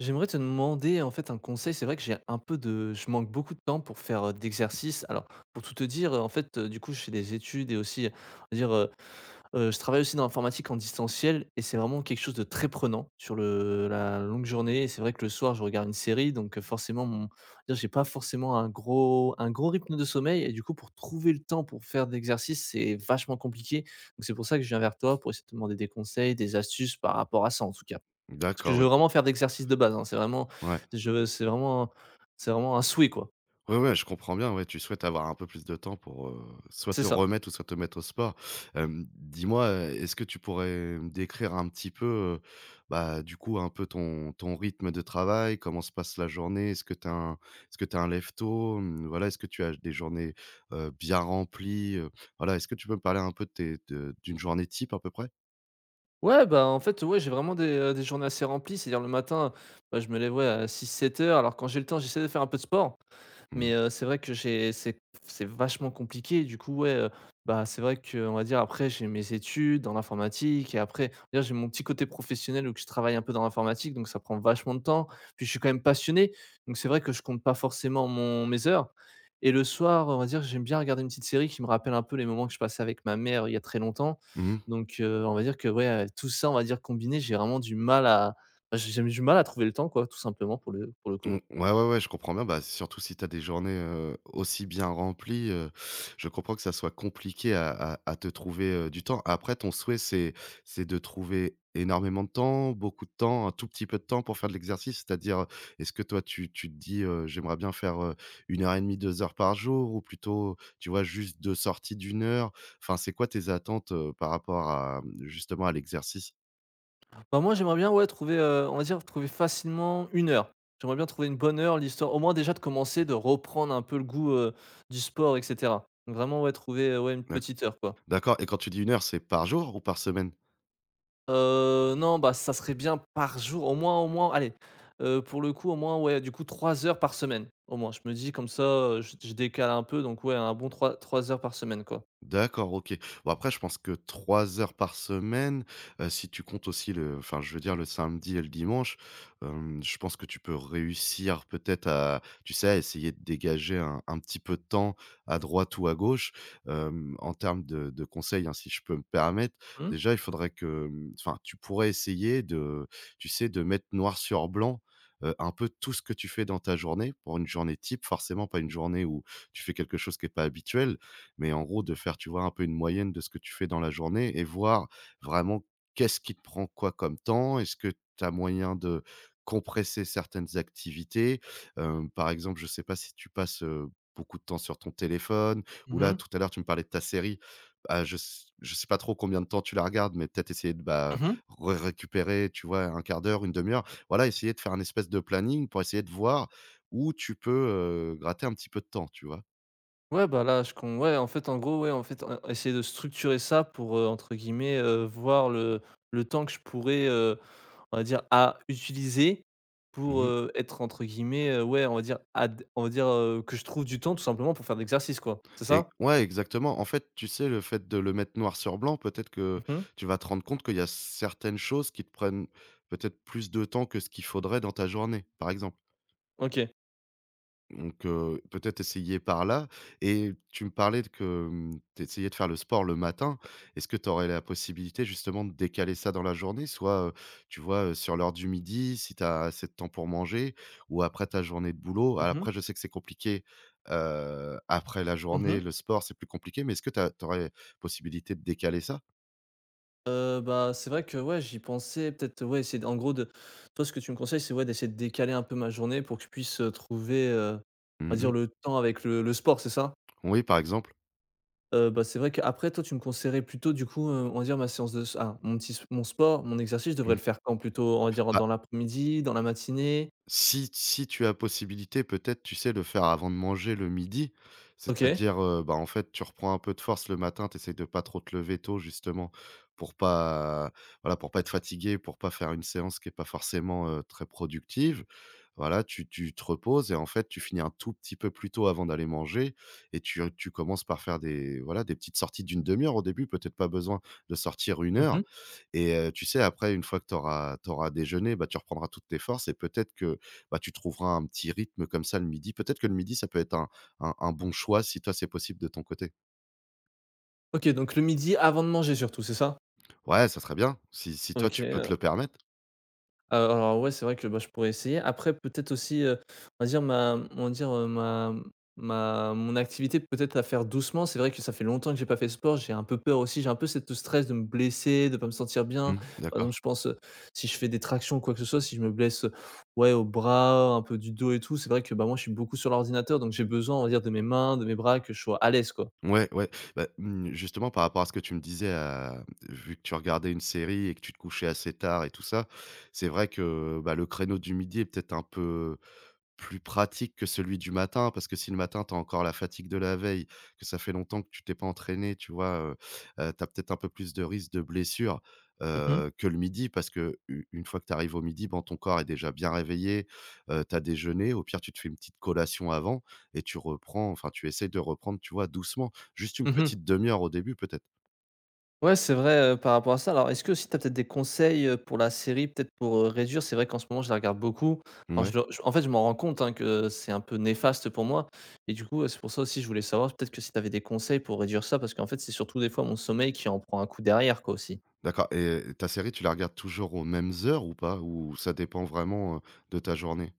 J'aimerais te demander en fait un conseil. C'est vrai que j'ai un peu de, je manque beaucoup de temps pour faire d'exercice. Alors pour tout te dire, en fait, du coup, je fais des études et aussi, on va dire, je travaille aussi dans l'informatique en distanciel et c'est vraiment quelque chose de très prenant sur la longue journée. Et c'est vrai que le soir, je regarde une série, donc forcément, on va dire, j'ai pas forcément un gros rythme de sommeil et du coup, pour trouver le temps pour faire d'exercice, c'est vachement compliqué. Donc c'est pour ça que je viens vers toi pour essayer de te demander des conseils, des astuces par rapport à ça en tout cas. Parce que D'accord, je ouais. veux vraiment faire d'exercice de base, hein, Ouais. je c'est vraiment c'est vraiment un souhait, quoi. Ouais, ouais, je comprends bien, ouais, tu souhaites avoir un peu plus de temps pour, soit C'est te ça. remettre ou soit te mettre au sport. Dis-moi, est-ce que tu pourrais me décrire un petit peu, du coup, un peu ton rythme de travail? Comment se passe la journée? Est-ce que tu un lève tôt? Mmh, voilà, est-ce que tu as des journées, bien remplies? Voilà, est-ce que tu peux me parler un peu de tes de d'une journée type à peu près? Ouais, bah, en fait, ouais, j'ai vraiment des journées assez remplies. C'est-à-dire le matin, bah, je me lève, ouais, à 6 7 heures. Alors quand j'ai le temps, j'essaie de faire un peu de sport, Mmh. mais c'est vrai que j'ai c'est vachement compliqué. Du coup, ouais, bah, c'est vrai que on va dire après j'ai mes études dans l'informatique et après, on va dire j'ai mon petit côté professionnel où que je travaille un peu dans l'informatique, donc ça prend vachement de temps. Puis je suis quand même passionné, donc c'est vrai que je compte pas forcément mon mes heures et le soir, on va dire, j'aime bien regarder une petite série qui me rappelle un peu les moments que je passais avec ma mère il y a très longtemps. Mmh. Donc on va dire que, ouais, tout ça, on va dire combiné, j'ai vraiment du mal à bah, j'ai du mal à trouver le temps quoi, tout simplement pour le coup. Mmh, ouais, ouais, ouais, je comprends bien. Bah, surtout si tu as des journées, aussi bien remplies, je comprends que ça soit compliqué à te trouver, du temps. Après ton souhait, c'est de trouver énormément de temps, beaucoup de temps, un tout petit peu de temps pour faire de l'exercice? C'est-à-dire, est-ce que toi tu te dis, «J'aimerais bien faire, 1 heure et demie, 2 heures par jour» ou plutôt, tu vois, juste 2 sorties d'une heure? Enfin, c'est quoi tes attentes, par rapport à, mmh, justement à l'exercice? Bah, moi, j'aimerais bien, ouais, trouver, on va dire trouver facilement une heure. J'aimerais bien trouver une bonne heure, l'histoire au moins déjà de commencer, de reprendre un peu le goût, du sport et cetera. Donc vraiment, ouais, trouver, ouais, une D'ac petite heure quoi. d'accord et quand tu dis une heure, c'est par jour ou par semaine? Non, bah, ça serait bien par jour, au moins, allez, pour le coup, au moins, ouais, du coup 3 heures par semaine, au moins. Je me dis comme ça, je décale un peu donc ouais, un bon trois heures par semaine quoi. D'accord, OK. Bon après je pense que 3 heures par semaine, si tu comptes aussi le enfin je veux dire le samedi et le dimanche, je pense que tu peux réussir peut-être à tu sais, à essayer de dégager un petit peu de temps à droite ou à gauche. En termes de conseils, hein, si je peux me permettre, Hmm. déjà il faudrait que, mmh, enfin tu pourrais essayer de tu sais, de mettre noir sur blanc, un peu tout ce que tu fais dans ta journée, pour une journée type forcément, pas une journée où tu fais quelque chose qui est pas habituel mais en gros, de faire, tu vois, un peu une moyenne de ce que tu fais dans la journée et voir vraiment qu'est-ce qui te prend quoi comme temps? Est-ce que tu as moyen de compresser certaines activités? Par exemple, je sais pas si tu passes, beaucoup de temps sur ton téléphone ou là, tout à l'heure, tu me parlais de ta série. Bah, je sais pas trop combien de temps tu la regardes, mais peut-être essayer de, bah, Mmh. re récupérer, tu vois, un quart d'heure, une demi heure. Voilà, essayer de faire un espèce de planning pour essayer de voir où tu peux, gratter un petit peu de temps, tu vois? Ouais, bah, là, je com ouais, en fait, en gros, ouais, en fait, en essayer de structurer ça pour, entre guillemets, voir le temps que je pourrais, on va dire, à utiliser pour, Mmh. Être, entre guillemets, ouais, on va dire, ad on va dire, que je trouve du temps tout simplement pour faire de l'exercice, quoi. C'est Et ça? ouais, exactement. En fait, tu sais, le fait de le mettre noir sur blanc, peut-être que Mmh. tu vas te rendre compte qu'il y a certaines choses qui te prennent peut-être plus de temps que ce qu'il faudrait dans ta journée, par exemple. OK. Donc, peut-être essayer par là et tu me parlais de que, mmh, tu essayais de faire le sport le matin. Est-ce que tu aurais la possibilité justement de décaler ça dans la journée? Soit, tu vois, sur l'heure du midi, si tu as assez de temps pour manger ou après ta journée de boulot? Mmh A mh. après, je sais que c'est compliqué, après la journée, Mmh. le sport, c'est plus compliqué, mais est-ce que tu aurais possibilité de décaler ça? Bah, c'est vrai que, ouais, j'y pensais peut-être, ouais, c'est en gros, de toi, ce que tu me conseilles, c'est, ouais, d'essayer de décaler un peu ma journée pour que je puisse, trouver, on va dire, Mmh. le temps avec le sport, c'est ça? Oui, par exemple. Bah, c'est vrai qu'après toi tu me conseillerais plutôt du coup, on va dire ma séance de s ah, mon petit s mon sport, mon exercice, je devrais Mmh. le faire quand plutôt? On va dire dans l'après-midi, dans la matinée? Si si tu as possibilité, peut-être, tu sais, le faire avant de manger le midi. OK. C'est-à-dire, bah, en fait, tu reprends un peu de force le matin, tu essaies de pas trop te lever tôt justement pour pas voilà, pour pas être fatigué, pour pas faire une séance qui est pas forcément, très productive. Voilà, tu te reposes et en fait, tu finis un tout petit peu plus tôt avant d'aller manger et tu commences par faire des voilà, des petites sorties d'une demi heure au début, peut-être pas besoin de sortir une Mmh. heure et tu sais, après, une fois que tu auras déjeuné, bah, tu reprendras toutes tes forces et peut-être que bah, tu trouveras un petit rythme comme ça le midi. Peut-être que le midi, ça peut être un bon choix si toi, c'est possible de ton côté? OK, donc le midi avant de manger surtout, c'est ça? Ouais, ça serait bien, si si toi, OK, tu peux te le permettre. alors ouais, c'est vrai que, bah, je pourrais essayer. Après peut-être aussi, on va dire ma on va dire, ma ma mon activité peut-être à faire doucement. C'est vrai que ça fait longtemps que j'ai pas fait de sport, j'ai un peu peur aussi, j'ai un peu cette stress de me blesser, de pas me sentir bien. Mmh, Par d'accord. exemple, je pense, si je fais des tractions ou quoi que ce soit, si je me blesse, ouais, aux bras, un peu du dos et tout. C'est vrai que, bah, moi, je suis beaucoup sur l'ordinateur, donc j'ai besoin, on va dire, de mes mains, de mes bras, que je sois à l'aise, quoi. Ouais, ouais. Bah, mmh, justement, par rapport à ce que tu me disais, vu que tu regardais une série et que tu te couchais assez tard et tout ça, c'est vrai que, bah, le créneau du midi est peut-être un peu plus pratique que celui du matin. Parce que si le matin, tu as encore la fatigue de la veille, que ça fait longtemps que tu t'es pas entraîné, tu vois? Tu as peut-être un peu plus de risque de blessure Mmh mh. Que le midi. Parce qu'u une fois que tu arrives au midi, ben, ton corps est déjà bien réveillé, tu as déjeuné, au pire, tu te fais une petite collation avant et tu reprends enfin, tu essaies de reprendre, tu vois, doucement. Juste une Mmh. petite demi-heure au début peut-être? Ouais, c'est vrai, par rapport à ça. Alors est-ce que aussi tu as peut-être des conseils, pour la série, peut-être pour, réduire? C'est vrai qu'en ce moment, je la regarde beaucoup. Alors Ouais, je le je en fait, je m'en rends compte, hein, que c'est un peu néfaste pour moi et du coup, c'est pour ça aussi, je voulais savoir peut-être que si tu avais des conseils pour réduire ça parce qu'en fait, c'est surtout des fois mon sommeil qui en prend un coup derrière quoi aussi. d'accord et ta série, tu la regardes toujours aux mêmes heures ou pas? Ou ça dépend vraiment, de ta journée?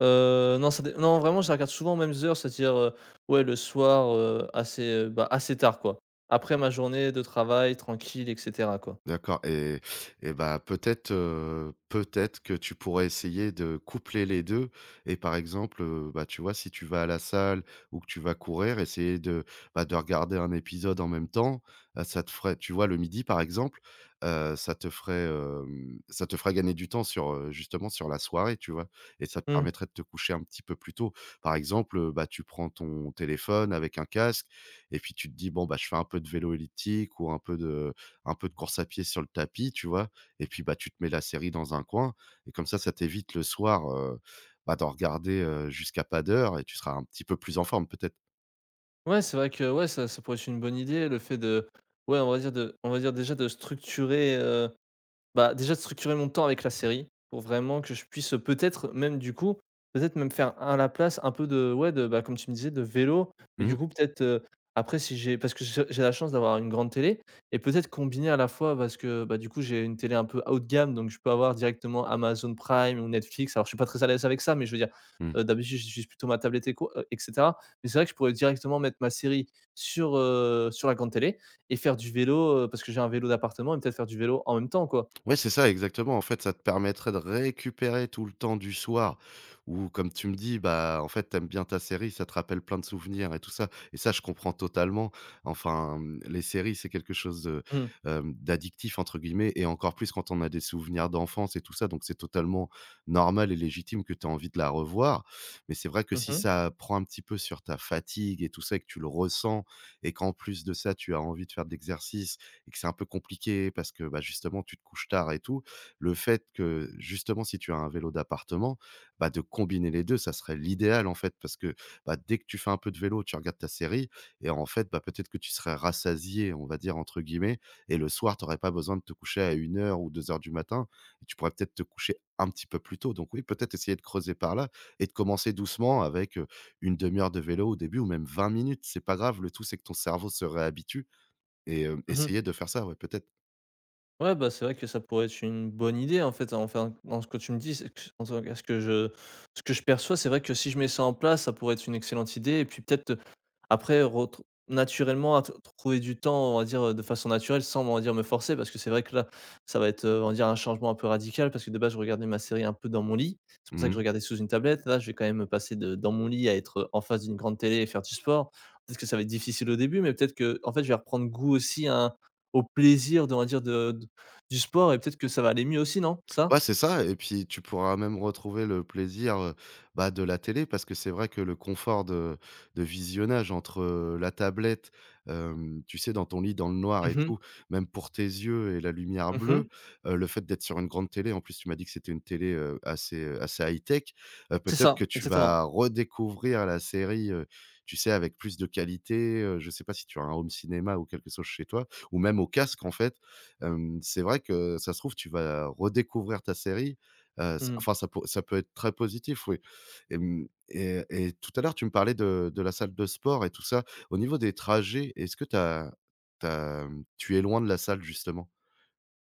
Non, ça dé non, vraiment, je la regarde souvent aux mêmes heures, c'est-à-dire, ouais, le soir, assez, bah, assez tard quoi. Après ma journée de travail tranquille et cetera quoi. D'accord et bah, peut-être, peut-être que tu pourrais essayer de coupler les 2 et par exemple, bah, tu vois, si tu vas à la salle ou que tu vas courir, essayer de, bah, de regarder un épisode en même temps. Ça te ferait tu vois, le midi, par exemple, ça te ferait gagner du temps sur, justement sur la soirée, tu vois? Et ça te Mmh. permettrait de te coucher un petit peu plus tôt. Par exemple, bah, tu prends ton téléphone avec un casque et puis tu te dis: «Bon, bah, je fais un peu de vélo elliptique ou un peu de course à pied sur le tapis, tu vois? Et puis, bah, tu te mets la série dans un coin et comme ça t'évite le soir, bah, d'en regarder, jusqu'à pas d'heure et tu seras un petit peu plus en forme peut-être. Ouais, c'est vrai que ouais, ça pourrait être une bonne idée, le fait de ouais, on va dire de on va dire déjà de structurer mon temps avec la série, pour vraiment que je puisse, peut-être même du coup, peut-être même faire à la place un peu de ouais, de bah, comme tu me disais de vélo et du Mmh. coup peut-être, après si j'ai parce que j'ai la chance d'avoir une grande télé et peut-être combiner à la fois parce que, bah, du coup j'ai une télé un peu haut de gamme donc je peux avoir directement Amazon Prime ou Netflix. Alors je suis pas très à l'aise avec ça, mais je veux dire, Mmh. D'habitude j'utilise plutôt ma tablette et cetera. Mais c'est vrai que je pourrais directement mettre ma série sur la grande télé et faire du vélo, parce que j'ai un vélo d'appartement et peut-être faire du vélo en même temps quoi. Ouais, c'est ça, exactement. En fait, ça te permettrait de récupérer tout le temps du soir où, comme tu me dis, bah, en fait, t'aimes bien ta série, ça te rappelle plein de souvenirs et tout ça. Et ça, je comprends totalement. Enfin, mmh, les séries, c'est quelque chose de, Mmh. D'addictif, entre guillemets, et encore plus quand on a des souvenirs d'enfance et tout ça. Donc, c'est totalement normal et légitime que tu as envie de la revoir. Mais c'est vrai que Mmh si mh. ça prend un petit peu sur ta fatigue et tout ça, et que tu le ressens, et qu'en plus de ça, tu as envie de faire de l'exercice et que c'est un peu compliqué parce que, bah, justement, tu te couches tard et tout. Le fait que, justement, si tu as un vélo d'appartement, bah, de combiner les 2, ça serait l'idéal, en fait, parce que, bah, dès que tu fais un peu de vélo, tu regardes ta série et en fait, bah, peut-être que tu serais «rassasié», on va dire, entre guillemets et le soir, tu aurais pas besoin de te coucher à une heure ou deux heures du matin et tu pourrais peut-être te coucher un petit peu plus tôt. Donc oui, peut-être essayer de creuser par là et de commencer doucement avec, une demi heure de vélo au début ou même 20 minutes. C'est pas grave, le tout, c'est que ton cerveau se réhabitue et Mmh. essayer de faire ça, ouais, peut-être. Ouais, bah, c'est vrai que ça pourrait être une bonne idée en fait, enfin, dans ce que tu me dis, c'est que en tout cas, ce que je perçois, c'est vrai que si je mets ça en place, ça pourrait être une excellente idée et puis peut-être, après retr naturellement à t trouver du temps, on va dire, de façon naturelle sans, on va dire, me forcer parce que c'est vrai que là, ça va être, on va dire un changement un peu radical parce que de base, je regardais ma série un peu dans mon lit. C'est pour ça que je Mmh. regardais sous une tablette. Là, je vais quand même passer de dans mon lit à être, en face d'une grande télé et faire du sport. Peut-être que ça va être difficile au début, mais peut-être que en fait, je vais reprendre goût aussi à un au plaisir de, on va dire, de du sport et peut-être que ça va aller mieux aussi, non? Ça? Ouais, c'est ça et puis tu pourras même retrouver le plaisir, bah, de la télé parce que c'est vrai que le confort de visionnage entre, la tablette, tu sais, dans ton lit, dans le noir Mmh et mh. tout, même pour tes yeux et la lumière bleue, Mmh. Le fait d'être sur une grande télé, en plus tu m'as dit que c'était une télé, assez high-tech, C'est peut-être ça, que tu exactement. vas redécouvrir la série, tu sais, avec plus de qualité, je sais pas si tu as un home cinéma ou quelque chose chez toi ou même au casque, en fait. C'est vrai que ça se trouve, tu vas redécouvrir ta série, s Mmh mh. enfin ça peut être très positif, oui. Hem et tout à l'heure, tu me parlais de la salle de sport et tout ça. Au niveau des trajets, est-ce que tu as, mmh, tu es loin de la salle justement?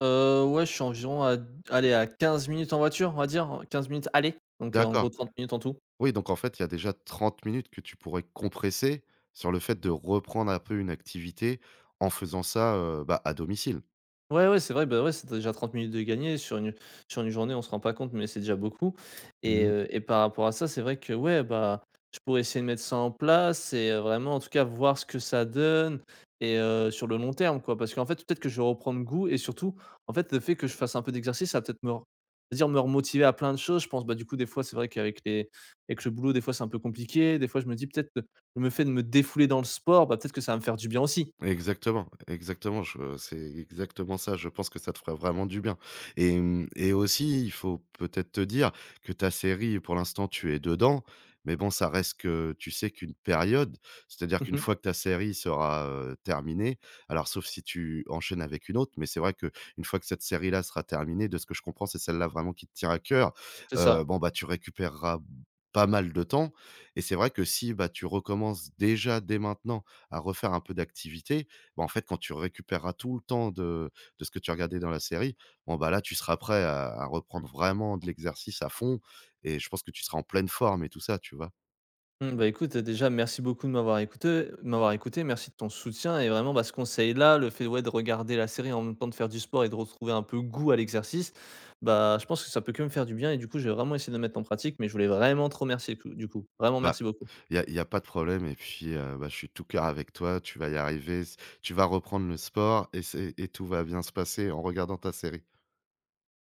Ouais, je suis environ à d allez, à 15 minutes en voiture, on va dire, 15 minutes aller, donc en gros D'accord. 30 minutes en tout. Oui, donc en fait, il y a déjà 30 minutes que tu pourrais compresser sur le fait de reprendre un peu une activité en faisant ça, bah, à domicile. Ouais, ouais, c'est vrai, bah, ouais, c'est déjà 30 minutes de gagné sur une journée, on se rend pas compte, mais c'est déjà beaucoup et Mmh. heu et par rapport à ça, c'est vrai que, ouais, bah, je pourrais essayer de mettre ça en place et vraiment, en tout cas, voir ce que ça donne et sur le long terme, quoi. Parce qu'en fait, peut-être que je vais reprendre goût et surtout, en fait, le fait que je fasse un peu d'exercice, ça va peut-être me re dire me remotiver à plein de choses. Je pense, bah, du coup, des fois, c'est vrai qu'avec le boulot, des fois, c'est un peu compliqué. Des fois, je me dis peut-être, le fait de me défouler dans le sport, bah, peut-être que ça va me faire du bien aussi. Exactement, exactement, je c'est exactement ça, je pense que ça te ferait vraiment du bien et et aussi, il faut peut-être te dire que ta série, pour l'instant, tu es dedans, mais bon, ça reste que tu sais qu'une période, c'est-à-dire qu'une fois que ta série sera, terminée, alors sauf si tu enchaînes avec une autre, mais c'est vrai que une fois que cette série-là sera terminée, de ce que je comprends, c'est celle-là vraiment qui te tient à cœur, C'est ça. Bon, bah, tu récupéreras pas mal de temps et c'est vrai que si, bah, tu recommences déjà dès maintenant à refaire un peu d'activité, bah, en fait, quand tu récupéreras tout le temps de ce que tu as regardé dans la série, bon, bah, là, tu seras prêt à reprendre vraiment de l'exercice à fond et je pense que tu seras en pleine forme et tout ça, tu vois? Mmh, bah, écoute, déjà merci beaucoup de m'avoir écouté. Merci de ton soutien et vraiment, bah, ce conseil-là, le fait, ouais, de regarder la série en même temps de faire du sport et de retrouver un peu goût à l'exercice, bah, je pense que ça peut que me faire du bien et du coup, j'ai vraiment essayé de le mettre en pratique, mais je voulais vraiment te remercier, du coup. Vraiment merci Bah, beaucoup. il y a y a pas de problème et puis, bah, je suis tout cœur avec toi, tu vas y arriver, c tu vas reprendre le sport et c'est et tout va bien se passer en regardant ta série.